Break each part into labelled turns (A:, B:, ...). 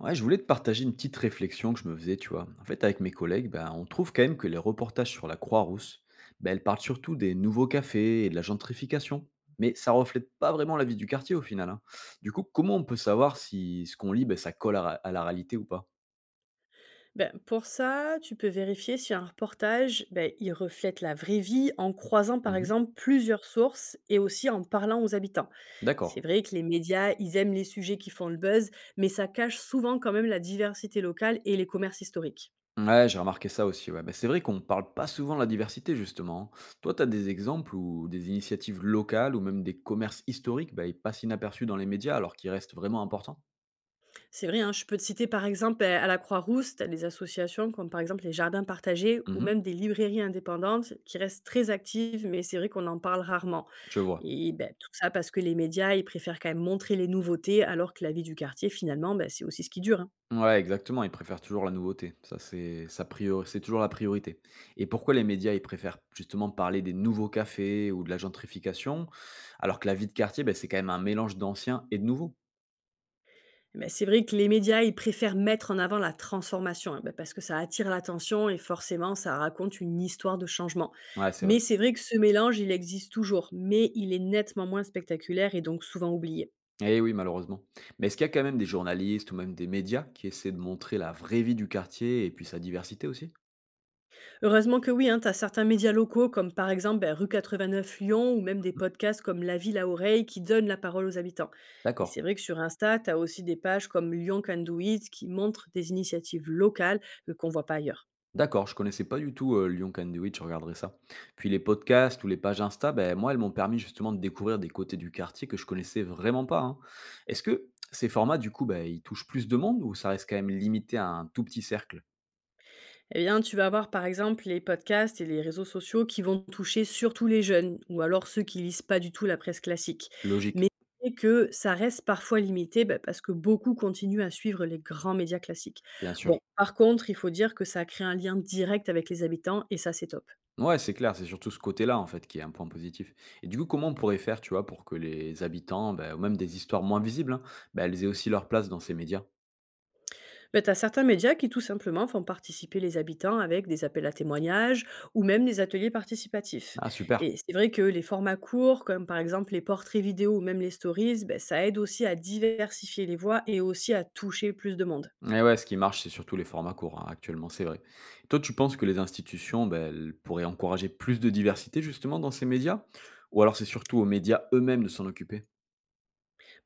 A: Ouais, je voulais te partager une petite réflexion que je me faisais, tu vois. En fait, avec mes collègues, ben, on trouve quand même que les reportages sur la Croix-Rousse, ben, elles parlent surtout des nouveaux cafés et de la gentrification. Mais ça reflète pas vraiment la vie du quartier au final, hein. Du coup, comment on peut savoir si ce qu'on lit, ben, ça colle à la réalité ou pas?
B: Ben, pour ça, tu peux vérifier si un reportage, il reflète la vraie vie en croisant par
A: Mhm.
B: exemple plusieurs sources et aussi en parlant aux habitants.
A: D'accord.
B: C'est vrai que les médias, ils aiment les sujets qui font le buzz, mais ça cache souvent quand même la diversité locale et les commerces historiques.
A: Ouais, j'ai remarqué ça aussi. Ouais. Ben, c'est vrai qu'on parle pas souvent de la diversité, justement, hein. Toi, tu as des exemples ou des initiatives locales ou même des commerces historiques, ben, ils passent inaperçus dans les médias alors qu'ils restent vraiment importants?
B: C'est vrai, hein, je peux te citer par exemple à la Croix-Rousse, t'as des associations comme par exemple les jardins partagés ou
A: Mhm.
B: même des librairies indépendantes qui restent très actives, mais c'est vrai qu'on en parle rarement.
A: Je vois.
B: Et bah, tout ça parce que les médias, ils préfèrent quand même montrer les nouveautés, alors que la vie du quartier, finalement, bah, c'est aussi ce qui dure, hein.
A: Ouais, exactement, ils préfèrent toujours la nouveauté. Ça, c'est ça priori c'est toujours la priorité. Et pourquoi les médias, ils préfèrent justement parler des nouveaux cafés ou de la gentrification, alors que la vie de quartier, ben c'est quand même un mélange d'anciens et de nouveaux.
B: Bah, c'est vrai que les médias, ils préfèrent mettre en avant la transformation, hein, bah, parce que ça attire l'attention et forcément, ça raconte une histoire de changement.
A: Ouais, c'est vrai.
B: Mais c'est vrai que ce mélange, il existe toujours, mais il est nettement moins spectaculaire et donc souvent oublié.
A: Eh oui, malheureusement. Mais est-ce qu'il y a quand même des journalistes ou même des médias qui essaient de montrer la vraie vie du quartier et puis sa diversité aussi?
B: Heureusement que oui, hein, tu as certains médias locaux comme par exemple bah, Rue 89 Lyon ou même des podcasts comme La Ville à Oreille qui donnent la parole aux habitants. Et
A: D'accord.
B: c'est vrai que sur Insta, tu as aussi des pages comme Lyon Can Do It qui montrent des initiatives locales qu'on voit pas ailleurs.
A: D'accord, je connaissais pas du tout, Lyon Can Do It, je regarderai ça. Puis les podcasts ou les pages Insta, ben moi, elles m'ont permis justement de découvrir des côtés du quartier que je connaissais vraiment pas, hein. Est-ce que ces formats, du coup, ben ils touchent plus de monde ou ça reste quand même limité à un tout petit cercle?
B: Eh bien, tu vas avoir par exemple les podcasts et les réseaux sociaux qui vont toucher surtout les jeunes ou alors ceux qui lisent pas du tout la presse classique.
A: Logique,
B: Mais c'est que ça reste parfois limité bah, parce que beaucoup continuent à suivre les grands médias classiques.
A: bien
B: Bon,
A: sûr.
B: par contre, il faut dire que ça crée un lien direct avec les habitants et ça, c'est top.
A: Ouais, c'est clair, c'est surtout ce côté-là, en fait, qui est un point positif. Et du coup, comment on pourrait faire, tu vois, pour que les habitants, ben ou même des histoires moins visibles, hein, bah, elles aient aussi leur place dans ces médias?
B: Bah, tu certains médias qui tout simplement font participer les habitants avec des appels à témoignages ou même des ateliers participatifs.
A: Ah super!
B: Et c'est vrai que les formats courts, comme par exemple les portraits vidéo ou même les stories, ben ça aide aussi à diversifier les voix et aussi à toucher plus de monde.
A: Et ouais, ce qui marche, c'est surtout les formats courts, hein, actuellement, c'est vrai. Toi, tu penses que les institutions, ben, elles pourraient encourager plus de diversité, justement, dans ces médias? Ou alors c'est surtout aux médias eux-mêmes de s'en occuper?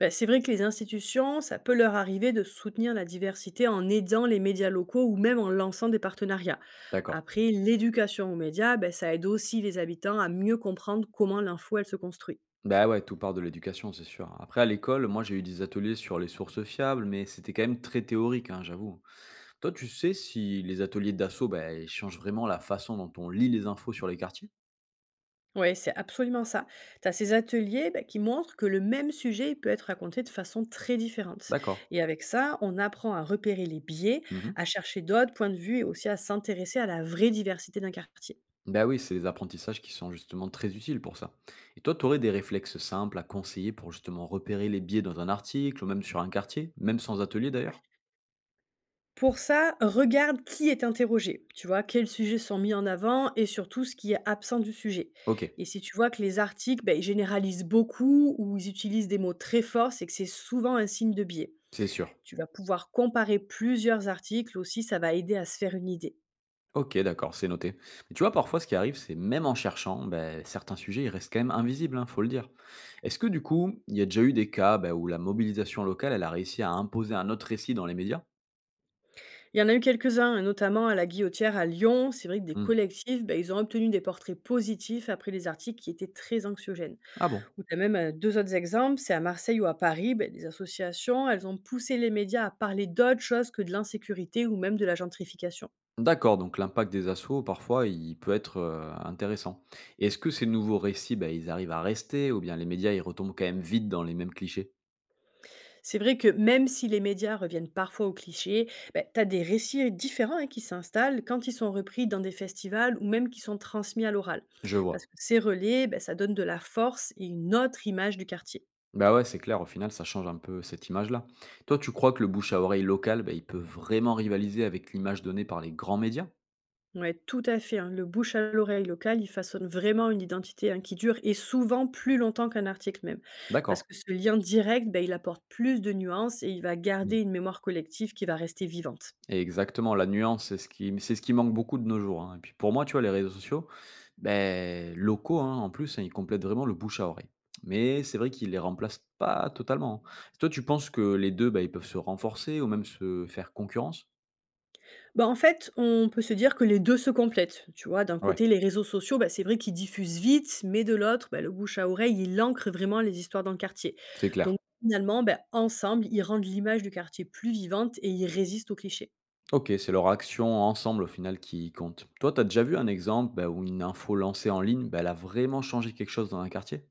B: Ben c'est vrai que les institutions, ça peut leur arriver de soutenir la diversité en aidant les médias locaux ou même en lançant des partenariats.
A: D'accord.
B: Après, l'éducation aux médias, ben ça aide aussi les habitants à mieux comprendre comment l'info, elle se construit.
A: Bah ouais, tout part de l'éducation, c'est sûr. Après, à l'école, moi, j'ai eu des ateliers sur les sources fiables, mais c'était quand même très théorique, hein, j'avoue. Toi, tu sais si les ateliers d'assaut, ben, ils changent vraiment la façon dont on lit les infos sur les quartiers?
B: Ouais, c'est absolument ça. Tu as ces ateliers bah, qui montrent que le même sujet il peut être raconté de façon très différente.
A: D'accord.
B: Et avec ça, on apprend à repérer les biais,
A: Mhm.
B: à chercher d'autres points de vue et aussi à s'intéresser à la vraie diversité d'un quartier.
A: Ben oui, c'est des apprentissages qui sont justement très utiles pour ça. Et toi, tu aurais des réflexes simples à conseiller pour justement repérer les biais dans un article ou même sur un quartier, même sans atelier d'ailleurs?
B: Pour ça, regarde qui est interrogé, tu vois, quels sujets sont mis en avant et surtout ce qui est absent du sujet.
A: Ok,
B: Et si tu vois que les articles bah, ils généralisent beaucoup ou ils utilisent des mots très forts, c'est que c'est souvent un signe de biais.
A: c'est sûr.
B: Tu vas pouvoir comparer plusieurs articles aussi, ça va aider à se faire une idée.
A: Ok, d'accord, c'est noté. Mais tu vois, parfois, ce qui arrive, c'est même en cherchant, ben, certains sujets, ils restent quand même invisibles, hein, faut le dire. Est-ce que du coup, il y a déjà eu des cas ben, où la mobilisation locale, elle a réussi à imposer un autre récit dans les médias?
B: Il y en a eu quelques-uns, hein, notamment à la Guillotière à Lyon. C'est vrai que des
A: Hmm.
B: collectifs, ben ils ont obtenu des portraits positifs après les articles qui étaient très anxiogènes.
A: Ah bon?
B: Ou tu as même deux autres exemples, c'est à Marseille ou à Paris, ben des associations, elles ont poussé les médias à parler d'autres choses que de l'insécurité ou même de la gentrification.
A: D'accord, donc l'impact des assauts, parfois, il peut être intéressant. Et est-ce que ces nouveaux récits, bah, ils arrivent à rester, ou bien les médias, ils retombent quand même vite dans les mêmes clichés?
B: C'est vrai que même si les médias reviennent parfois aux clichés, ben, tu as des récits différents hein, qui s'installent quand ils sont repris dans des festivals ou même qui sont transmis à l'oral.
A: Je
B: Parce
A: vois.
B: que ces relais, ben ça donne de la force et une autre image du quartier.
A: Bah ouais, c'est clair, au final, ça change un peu cette image-là. Toi, tu crois que le bouche à oreille local, bah, il peut vraiment rivaliser avec l'image donnée par les grands médias?
B: Ouais, tout à fait, hein. Le bouche à l'oreille local, il façonne vraiment une identité, hein, qui dure et souvent plus longtemps qu'un article même. Parce
A: D'accord.
B: que ce lien direct, ben, il apporte plus de nuances et il va garder une mémoire collective qui va rester vivante.
A: Et exactement, la nuance, c'est ce qui manque beaucoup de nos jours, hein. Et puis pour moi, tu vois, les réseaux sociaux, beh, locaux, hein, en plus, hein, ils complètent vraiment le bouche à oreille. Mais c'est vrai qu'ils les remplacent pas totalement, hein. Toi, tu penses que les 2, bah, ils peuvent se renforcer ou même se faire concurrence?
B: Bah, en fait, on peut se dire que les deux se complètent. Tu vois, d'un
A: Ouais,
B: côté, les réseaux sociaux, ben, c'est vrai qu'ils diffusent vite, mais de l'autre, ben, le bouche à oreille, il ancre vraiment les histoires dans le quartier.
A: c'est
B: Donc
A: clair.
B: finalement, ben, ensemble, ils rendent l'image du quartier plus vivante et ils résistent aux clichés.
A: OK, c'est leur action ensemble au final qui compte. Toi, tu as déjà vu un exemple, bah, où une info lancée en ligne, bah, elle a vraiment changé quelque chose dans un quartier?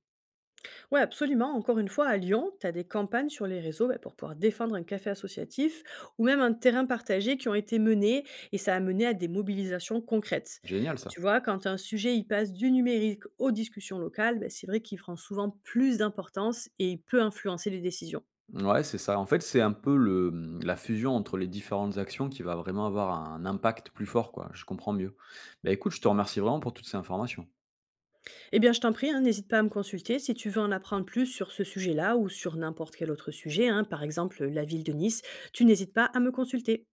B: Ouais, absolument. Encore une fois, à Lyon, tu as des campagnes sur les réseaux bah, pour pouvoir défendre un café associatif ou même un terrain partagé qui ont été menées et ça a mené à des mobilisations concrètes.
A: Génial ça.
B: Tu vois, quand un sujet il passe du numérique aux discussions locales, bah, c'est vrai qu'il prend souvent plus d'importance et il peut influencer les décisions.
A: Ouais, c'est ça. En fait, c'est un peu la fusion entre les différentes actions qui va vraiment avoir un impact plus fort, quoi. Je comprends mieux. Bah, écoute, je te remercie vraiment pour toutes ces informations.
B: Eh bien, je t'en prie, hein, n'hésite pas à me consulter si tu veux en apprendre plus sur ce sujet-là ou sur n'importe quel autre sujet, hein, par exemple la ville de Nice, tu n'hésites pas à me consulter.